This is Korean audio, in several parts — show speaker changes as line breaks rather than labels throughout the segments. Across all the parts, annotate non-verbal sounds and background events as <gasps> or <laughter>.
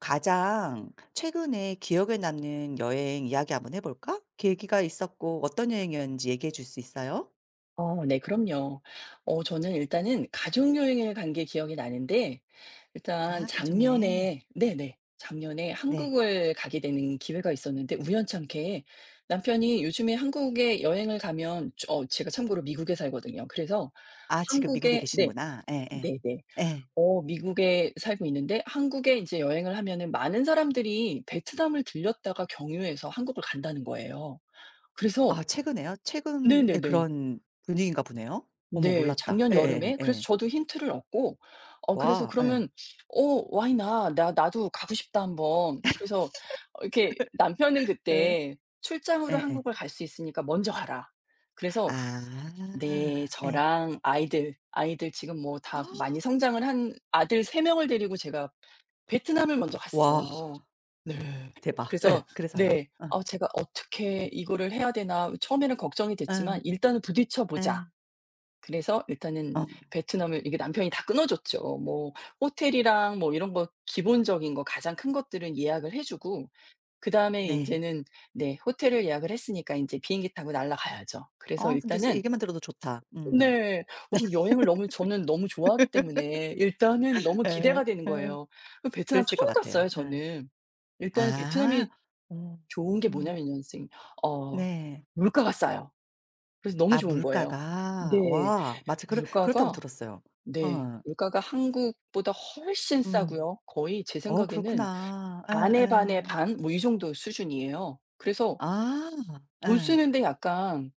가장 최근에 기억에 남는 여행 이야기 한번 해 볼까? 계기가 있었고 어떤 여행이었는지 얘기해 줄 수 있어요?
네, 그럼요. 저는 일단은 가족 여행을 간 게 기억이 나는데, 일단
아, 가족여행.
작년에, 네네. 작년에
네.
한국을 가게 되는 기회가 있었는데 우연찮게 남편이 요즘에 한국에 여행을 가면, 제가 참고로 미국에 살거든요. 그래서
아, 지금 미국에
한국에, 네.
계시는구나. 예예. 예.
네네.
예.
미국에 살고 있는데 한국에 이제 여행을 하면은 많은 사람들이 베트남을 들렸다가 경유해서 한국을 간다는 거예요. 그래서
아, 최근에요? 최근에
네네네.
그런 분위기인가 보네요. 어머,
네.
몰랐다.
작년
예예예 예.
여름에,
예.
그래서
예.
저도 힌트를 얻고, 그래서,
와 예.
그러면 why not? 나 나도 가고 싶다 한번." 그래서 이렇게 남편은
예.
그때 "출장으로
예예.
한국을 갈 수 있으니까 먼저 가라." 그래서 네,
아 예.
저랑 아이들 지금 뭐 다 많이 성장을 한 아들 세 명을 데리고 제가 베트남을 먼저
와
갔어요. 네.
대박.
그래서
예. 그래서요?
네.
어.
제가, '어떻게 이거를 해야 되나.' 처음에는 걱정이 됐지만,
어.
'일단은 부딪혀 보자.'
예.
그래서 일단은
어.
베트남을, 이게 남편이 다 끊어줬죠. 뭐 호텔이랑 뭐 이런 거 기본적인 거, 가장 큰 것들은 예약을 해 주고, 그다음에
네.
인제는 네, 호텔을 예약을 했으니까 인제 비행기 타고 날아가야죠. 그래서
근데
일단은
얘기만 들어도 좋다. 음.
네. 그 여행을 너무, 저는 너무 좋아하기
<laughs>
때문에 일단은 너무
예.
기대가 되는
예.
거예요. 그 베트남
그랬을 것
처음
같아요.
갔어요
예.
저는. 일단
아.
베트남이
어.
좋은 게
음.
뭐냐면요, 선생님. 어
네.
물가가 싸요. 그래서 너무
아,
좋은 거예요.
물가가.
네.
와 마치 그렇다고
물가가
들었어요.
네.
어.
물가가 한국보다 훨씬
음.
싸고요. 거의 제
어,
생각에는
그렇구나.
반에 반에
예예.
반 뭐 이 정도 수준이에요. 그래서
아.
돈
예.
쓰는데 약간,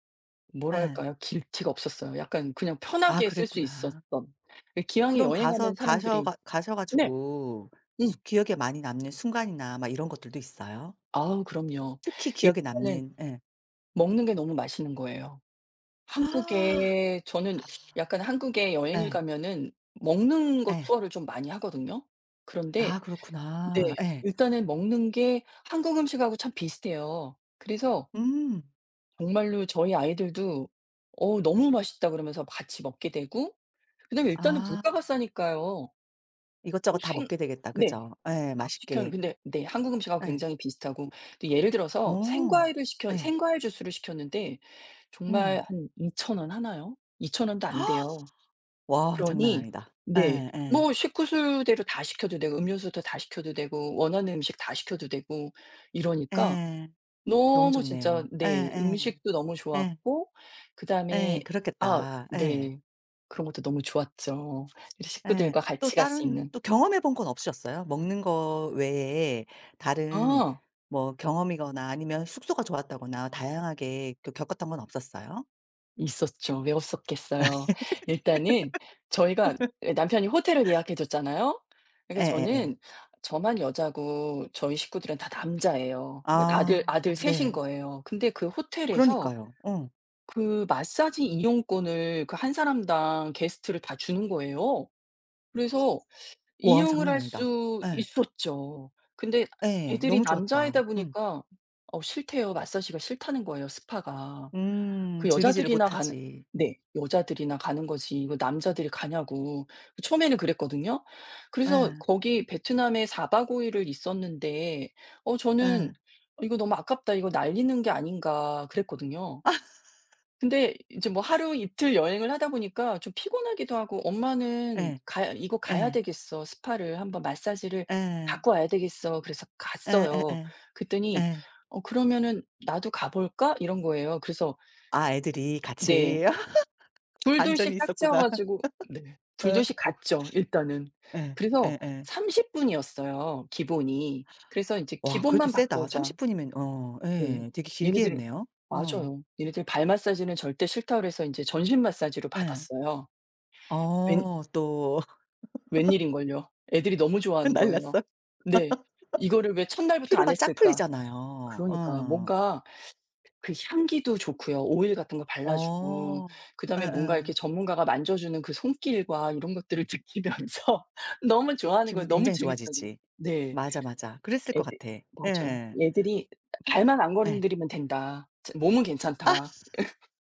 예.
뭐랄까요? 길티가 없었어요. 약간 그냥
아,
편하게 쓸 수
그랬구나.
있었던. 예, 기왕에
그럼
여행
가서
가는 사람들이
가셔
네.
가지고
음.
수 기억에 많이 남는 순간이나 막 이런 것들도 있어요?
아우 그럼요.
특히 기억에
일단은
남는 예.
먹는 게 너무 맛있는 거예요.
아.
한국에 저는 약간 한국에 여행을
예.
가면은 먹는 거
예.
투어를 좀 많이 하거든요. 그런데
아,
네.
그렇구나. 예.
일단은 먹는 게 한국 음식하고 참 비슷해요. 그래서
음.
정말로 저희 아이들도 너무 맛있다." 그러면서 같이 먹게 되고, 그다음에 일단은
아.
물가가 싸니까요. 뭐
이것저것 다
생
먹게 되겠다,
네.
그죠? 예,
밥 시켰
맛있게.
근데 네 한국 음식하고
예.
굉장히 비슷하고, 또 예를 들어서
어. 예.
생과일 주스를 시켰는데
음.
정말 한 2,000원 하나요? 2,000 원도 안 돼요.
<gasps> 와 장난
그러니
아니다.
네.
예예. 예.
뭐 식구수대로 다 시켜도 되고, 음료수도 다 시켜도 되고, 원하는 음식 다 시켜도 되고, 이러니까
예. 너무
너무 진짜
좋네요.
네
예예.
음식도 너무
예. 예.
좋았고,
예,
그다음에 아
그렇겠다. 예.
네. 그런 것도 너무 좋았죠. 이제
예.
식구들과
또
같이 갈 수
다른
있는.
또 경험해 본 건 없으셨어요? 먹는 거 외에 다른,
아.
뭐 경험이거나 아니면 숙소가 좋았다거나 다양하게 그 겪었던 건 없었어요?
있었죠. 왜 없었겠어요. 일단은 저희가 예
<laughs>
남편이 호텔을 예약해 줬잖아요. 그러니까
예예예.
저는, 저만 여자고 저희 식구들은 다 남자예요. 그러니까 아들
아
아들 셋인
네.
거예요. 근데 그 호텔에서
그러니까요. 어.
그 마사지 이용권을, 그 한 사람당 게스트를 다 주는 거예요. 그래서
와
이용을
장난
할
아니다.
수
예.
있었죠. 근데
예.
애들이
너무 좋았다.
남자애다
음.
보니까, 싫대요. 마사지가 싫다는 거예요, 스파가.
음.
그
즐기지를
여자들이나 가는
못하지. 음.
네. 여자들이나 가는 거지 이거 남자들이 가냐고. 그 처음에는 그랬거든요. 그래서
예.
거기 베트남에 사박고 일을 있었는데, 저는
예.
'이거 너무 아깝다. 이거 날리는 게 아닌가.' 그랬거든요.
<laughs>
근데 이제 뭐 하루 이틀 여행을 하다 보니까 좀 피곤하기도 하고, 엄마는
예.
가 이거 가야
예.
되겠어. 스파를 한번, 마사지를
예.
받고 와야 되겠어." 그래서
예예예.
갔어요.
예. 예,
그랬더니
예.
그러면은 나도 가 볼까?" 이런 거예요. 그래서
아, 애들이 같이
네.
<laughs>
둘둘씩
반전이
짝지어
있었구나.
가지고 네.
어, 예.
둘둘씩 갔죠 일단은.
예.
그래서
예예.
30 분이었어요 기본이. 그래서 인제
와, 그래도
기본만 받고
세다.
오자.
30 분이면, 어
네.
예. 되게 길게
얘네들이
했네요. 어.
맞아요. 얘네들 발 마사지는 절대 싫다, 그래서 인제 전신 마사지로
예.
받았어요. 웬
어, 또 <laughs>
웬일인걸요. 애들이 너무 좋아하는 거예요.
날랐어요?
네. '이거를 왜 첫날부터 안
피로가 쫙
했을까?'
풀리잖아요.
그러니까
어.
뭔가 그 향기도 좋고요. 오일 같은 거 발라 주고,
어.
그다음에 뭔가 이렇게
예예.
전문가가 만져 주는 그 손길과 이런 것들을 느끼면서 <laughs> 너무 좋아하는 거예요.
기분
너무
굉장히
재밌다고.
좋아지지.
네.
맞아, 맞아. 그랬을 것
애들
같아. 예.
맞아요. 애들이 "발만 안
예.
건드리면 된다. 몸은
아
괜찮다."
<laughs>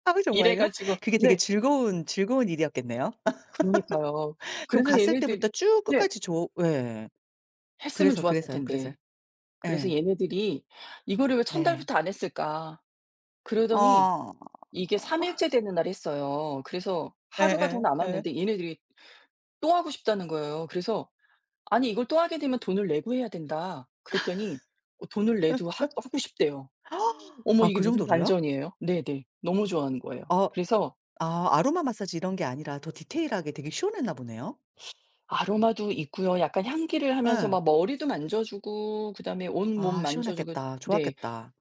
아,
이래
정말요?
가지고
그게 되게
네.
즐거운 일이었겠네요.
그러니까요.
<laughs> 그럼
그래서
갔을 때부터
얘네들이
쭉
네.
끝까지 좋 예.
했으면 좋았을
그래서요.
텐데. 그래서
예.
얘네들이 '이거를 왜
네.
첫날부터 안 했을까?' 그러더니
어.
이게 3 일째 되는 날 했어요. 그래서 하루가 더
예예 예. 예.
남았는데 얘네들이 또 하고 싶다는 거예요. 그래서 "아니 이걸 또 하게 되면 돈을 내고 해야 된다." 그랬더니 돈을 내도 하 하고 싶대요. 어.
<gasps>
어머
아,
이게
그
무슨
정도로요?
반전이에요. 네네. 너무 좋아하는 거예요.
어
그래서
아, 아로마 마사지 이런 게 아니라 더 디테일하게 되게 시원했나 보네요.
아로마도 있고요. 약간 향기를 하면서
예.
막 머리도 만져 주고, 그다음에 온몸
아,
만져 주고
시원했겠다.
네.
좋았겠다.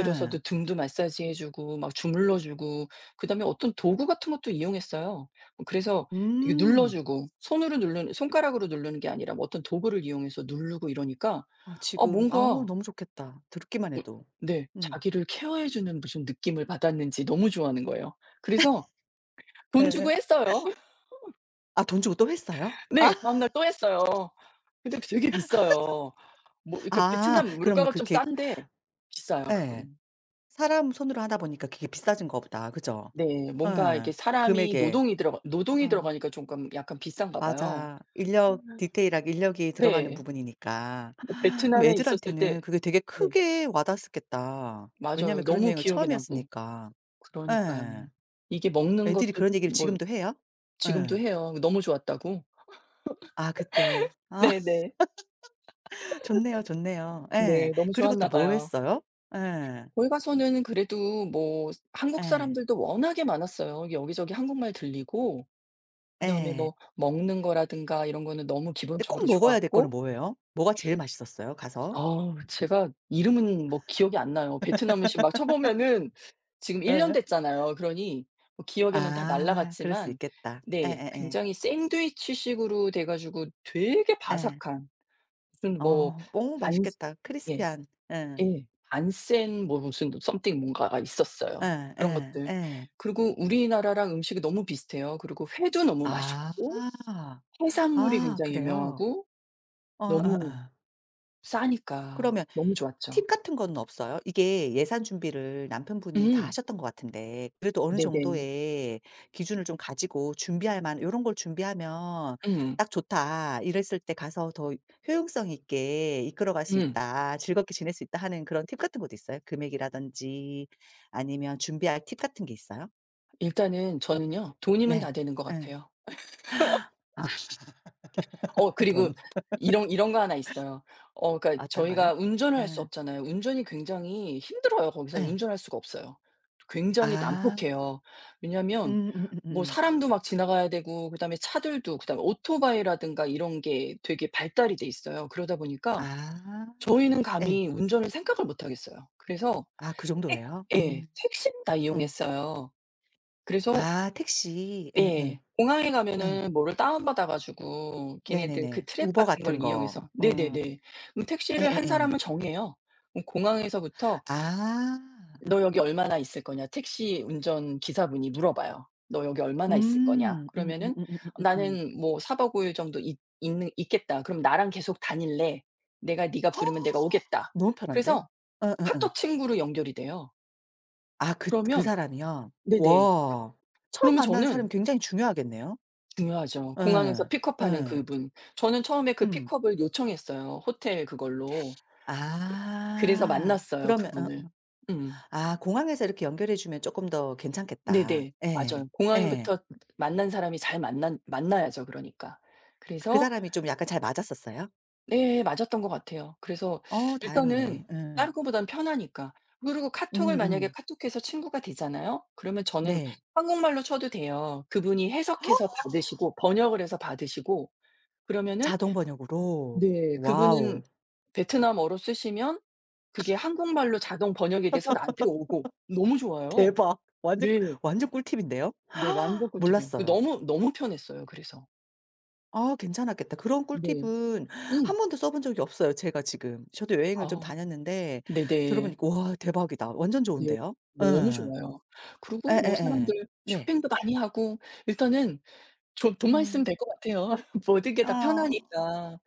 예.
등도 마사지해 주고 막 주물러 주고, 그다음에 어떤 도구 같은 것도 이용했어요. 뭐 그래서 이게 눌러
음.
주고, 손으로 누르는, 손가락으로 누르는 게 아니라 뭐 어떤 도구를 이용해서 누르고 이러니까,
아
아
지금, 아우
뭔가
너무 좋겠다, 듣기만
어
해도.
네
음.
자기를 케어해 주는 무슨 느낌을 받았는지 너무 좋아하는 거예요. 그래서 돈 주고
예
했어요. <laughs>
아, 돈 주고 또 했어요? 아
네. 다음 날 또 했어요. 근데 되게 비싸요. 뭐 이렇게
아,
베트남
그럼
물가가 좀
그게
싼데 비싸요
예.
그거는.
사람 손으로 하다 보니까 그게 비싸진 거 보다, 그죠?
네. 뭔가 이게
예.
사람이
금액에.
노동이
어
들어가니까 조금 약간 비싼가 봐요.
맞아. 인력,
음.
디테일하게 인력이 들어가는
네.
부분이니까.
뭐
<gasps> 그럼
베트남에 있었을 때
애들한테는 그게 되게
네.
크게 와닿았겠다, 왜냐하면
맞아요.
그런
너무
여행을
기억에 남고.
처음이었으니까.
그러니까요.
예.
이게 먹는
애들이
것도
그런 얘기를
뭐
지금도 해요?
지금도
예.
해요, 너무 좋았다고.
아 그때. 아.
네네.
좋네요, 좋네요. 예.
네. 너무
그리고 또
좋았나
뭐
봐요.
했어요? 예.
거기 가서는 그래도 뭐 한국
예.
사람들도 워낙에 많았어요. 여기저기 한국말 들리고, 그다음에
예.
뭐 먹는 거라든가 이런 거는 너무
근데 꼭
기본적으로
먹어야 될 거는
좋았고,
뭐예요? 뭐가 제일 맛있었어요, 가서?
아 제가 이름은 뭐 기억이 안 나요. 베트남 음식 막 쳐 보면은 지금 1년
예.
됐잖아요. 그러니 뭐 기억에는 다
아, 그럴 수
날아갔지만
있겠다.
네
예예예. 예.
굉장히 샌드위치 식으로 돼 가지고 되게
예, 예.
바삭한 무슨 뭐
어어
반
맛있겠다.
예
크리스피한. 예.
예 반센 뭐 무슨 something 뭔가가
예
있었어요.
예
그런 것들.
예.
그리고 우리나라랑 음식이 너무 비슷해요. 그리고 회도 너무
아.
맛있고 해산물이
아,
굉장히
그래요?
유명하고
어
너무,
예예.
싸니까
그러면
너무 좋았죠.
팁 같은 건 없어요? 이게 예산 준비를 남편분이 다
음.
하셨던 것 같은데, 그래도 어느
네네.
정도의 기준을 좀 가지고 준비할 만한 런걸 준비하면
음.
딱 좋다. 이랬을 때 가서 더 효용성 있게 이끌어갈 수
음.
있다. 즐겁게 지낼 수 있다.' 하는 그런 팁 같은 것도 있어요? 금액이라든지 아니면 준비할 팁 같은 게 있어요?
일단은 저는요. 돈이면
네.
다 되는 것
예.
같아요.
아. <laughs>
그리고
돈.
이런 거 하나 있어요. 그러니까
어떤가요?
저희가 운전을 할 수
예.
없잖아요. 운전이 굉장히 힘들어요. 거기서
예.
운전할 수가 없어요. 굉장히
아.
난폭해요. 왜냐하면
음음음음음.
뭐 사람도 막 지나가야 되고, 그다음에 차들도, 그다음에 오토바이라든가 이런 게 되게 발달이 돼 있어요. 그러다 보니까
아.
저희는
예.
감히 운전을 생각을 못 하겠어요. 그래서
아, 그
택
정도예요?
예
음.
택시다
어.
이용했어요. 그래서
아, 택시.
예.
응응.
공항에
예.
가면은 뭐를 다운받아 가지고 걔네들 그
네네네.
트랩
우버
같은
같은
걸
거.
이용해서
어.
네네네. 그럼 택시를 한
예예예.
사람을 정해요. 그럼 공항에서부터
아.
"너 여기 얼마나 있을 거냐?" 택시 운전 기사분이 물어봐요. "너 여기 얼마나 있을 거냐?"
음.
그러면은
음음음음음음음.
"나는 뭐 4박 5일 정도 있 있는 있겠다." "그럼 나랑 계속 다닐래? 내가, 네가 부르면 내가
<gasps>
오겠다."
너무 편한데?
그래서
예예예.
카톡 친구로 연결이 돼요.
아, 그 그
그러면
사람이요?
네네.
와. 처음
그러면
만나는 사람이
저는
굉장히 중요하겠네요.
중요하죠. 공항에서
예.
픽업하는
예.
그분. 저는 처음에 그
음.
픽업을 요청했어요, 호텔 그걸로. 그 그래서
아.
만났어요,
그러면
그분을.
어
음.
아, 공항에서 이렇게 연결해 주면 쪼끔 더 괜찮겠다.
네네.
예.
맞아요.
예.
공항에부터 만난 사람이 잘 만난 만나야죠, 그러니까.
그
그래서
사람이 좀 약간 잘 맞았었어요?
네 맞았던 것 같아요. 그래서
어,
일단은
다행이네. 예.
다른 것보단 편하니까. 그리고 카톡을 만약에
음음.
카톡해서 친구가 되잖아요? 그러면 저는
네.
한국말로 쳐도 돼요. 그분이 해석해서
<gasps>
받으시고, 번역을 해서 받으시고, 그러면은
자동 번역으로.
네.
와우.
그분은 베트남어로 쓰시면 그게 한국말로 자동 번역이 돼서 나한테 오고, 너무 좋아요.
대박. 완전
네.
완전 꿀팁인데요.
네. 완전
<gasps>
꿀팁이에요. 그
몰랐어요.
너무 편했어요 그래서.
아, 괜찮았겠다. 그런
네.
꿀팁은
음.
한 번도 써본 적이 없어요, 제가 지금. 저도 여행을 좀
아
다녔는데 들어
네네.
보니까 와 대박이다. 완전
네.
좋은데요.
너무
예.
좋아요. 그리고 뭐
예예예.
사람들
네.
쇼핑도 많이 하고, 일단은 저 돈만 있으면
음.
될 것 같아요. <laughs> 모든 게 다
어
편하니까.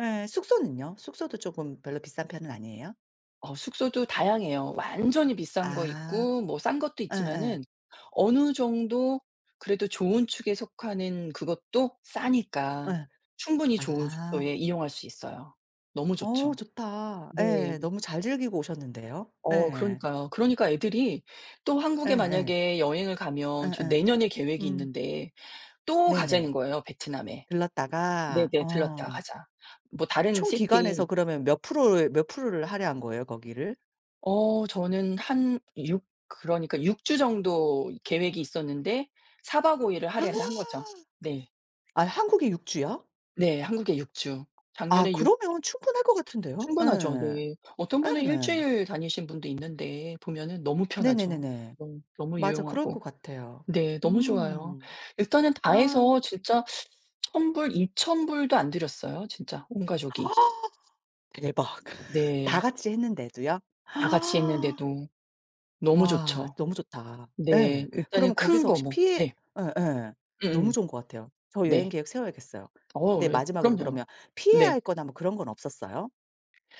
예. 숙소는요? 숙소도 쪼금 별로 비싼 편은 아니에요?
숙소도 다양해요. 완전히 비싼 거
아.
있고 뭐 싼 것도
예예.
있지만은 어느 정도 그래도 좋은 축에 속하는 그것도 싸니까
예.
충분히 좋은
아.
숙소에 이용할 수 있어요. 너무
어
좋죠.
좋다.
네.
예. 너무 잘 즐기고 오셨는데요. 예.
그러니까요. 그러니까 애들이 또 한국에
예예.
만약에 여행을 가면, 저
예예.
내년에 계획이
음.
있는데, 또 가자는
네네.
거예요 베트남에.
들렀다가
"네네. 들렀다
어
가자." 뭐 다른
총 기간에서
시티
그러면 몇 프로를 할애한 거예요 거기를?
저는 한 6 그러니까 육 주 정도 계획이 있었는데 4박 5 일을 할애를 한 거죠. 네.
아, 한국에 6 주요?
네. 한국에 6 주.
아,
작년에 6
그러면 충분할 것 같은데요.
충분하죠.
예.
네. 어떤 분은 일
예.
주일 다니신 분도 있는데 보면은 너무 편하죠.
네네네네.
너무
맞아. 그럴 것
유용하고.
같아요.
네. 너무 좋아요.
음.
일단은 다
아.
해서 진짜 1,000 불, 이천 불도 안 들였어요 진짜 온 가족이.
대박. <laughs> 다
네.
같이 했는데도요?
다 같이 했는데도 너무
와
좋죠.
너무 좋다.
네.
예.
일단은
그러면
큰
거기서
거
혹시
뭐.
피해
네.
예예. 너무
음음.
좋은 것 같아요. 저 여행
네.
계획 세워야겠어요. 근데
어 예.
마지막으로
그럼요.
그러면 피해야
네.
할 거나 뭐 그런 건 없었어요?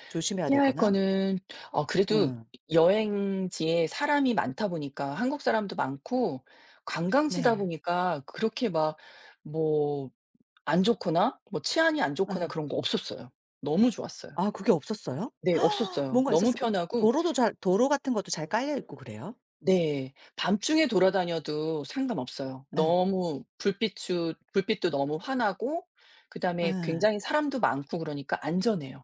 조심해야
피할
되거나?
거는 그래도
음.
여행지에 사람이 많다 보니까 한국 사람도 많고, 관광지다
네.
보니까 그렇게 막 뭐 안 좋거나 뭐 치안이 안 좋거나
예.
그런 거 없었어요. 너무 좋았어요.
아, 그게 없었어요?
네
<gasps>
없었어요.
뭔가
너무
있었을 것
편하고
도로도 잘 도로 같은 것도 잘 깔려 있고 그래요?
네 밤중에 돌아다녀도 상관없어요.
예.
너무 불빛추 불빛도 너무 환하고, 그다음에
예.
굉장히 사람도 많고 그러니까 안전해요.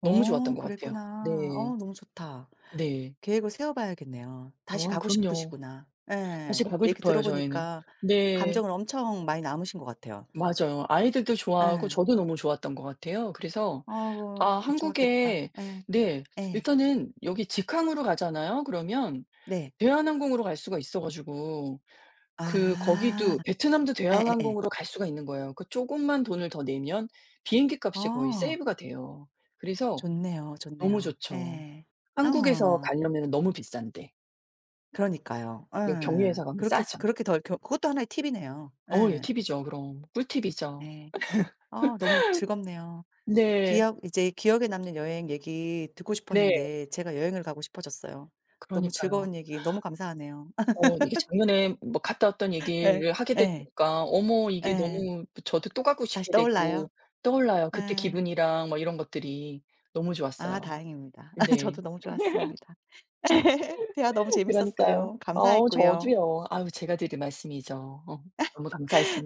너무 좋았던
어,
것 같아요.
그랬구나.
네.
어 너무 좋다.
네.
계획을 세워 봐야겠네요. 다시
아,
가고
그럼요.
싶으시구나.
다시
예.
가고
얘기 들어
싶어요 저희는.
보니까
네.
감정은 엄청 많이 남으신 것 같아요.
맞아요. 아이들도 좋아하고
예.
저도 너무 좋았던 것 같아요. 그래서
어,
아
우 좋았겠다.
한국에
예.
네,
예.
일단은 여기 직항으로 가잖아요 그러면.
네.
대한항공으로 갈 수가 있어 가지고, 그
아.
거기도 베트남도
예예예.
대한항공으로 갈 수가 있는 거예요. 그 조금만 돈을 더 내면 비행기 값이 거의
어.
세이브가 돼요. 그래서
좋네요,
너무
좋네요.
좋죠.
예.
한국에서
어.
가려면은 너무 비싼데
그러니까요.
여기
예.
경유해서 가면 싸죠.
그렇게 덜 겨 그것도 하나의 팁이네요.
예,
예.
팁이죠 그럼. 꿀팁이죠.
예. 아 너무 즐겁네요.
네.
기억에 남는 여행 얘기 듣고
네.
싶었는데 제가 여행을 가고 싶어졌어요. 너무
그러니까요.
즐거운 얘기 너무 감사하네요. <laughs>
이게 작년에 뭐 갔다 왔던
예.
얘기를 하게
예.
되니까 어머 이게
예.
너무 저도 또 가고
다시
싶게
떠올라요.
되고, 떠올라요. 그때
예.
기분이랑 뭐 이런 것들이 너무
아,
좋았어요.
다행입니다. <laughs>
네.
저도 너무 좋았습니다. <laughs> 대화 너무
<laughs> 그러니까요.
재밌었어요. 감사했고요.
저도요. 아유 제가 드릴 말씀이죠. 너무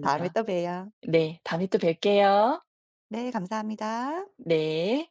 다음에 또 봬요.
네. 다음에 또 뵐게요.
네, 감사합니다.
네.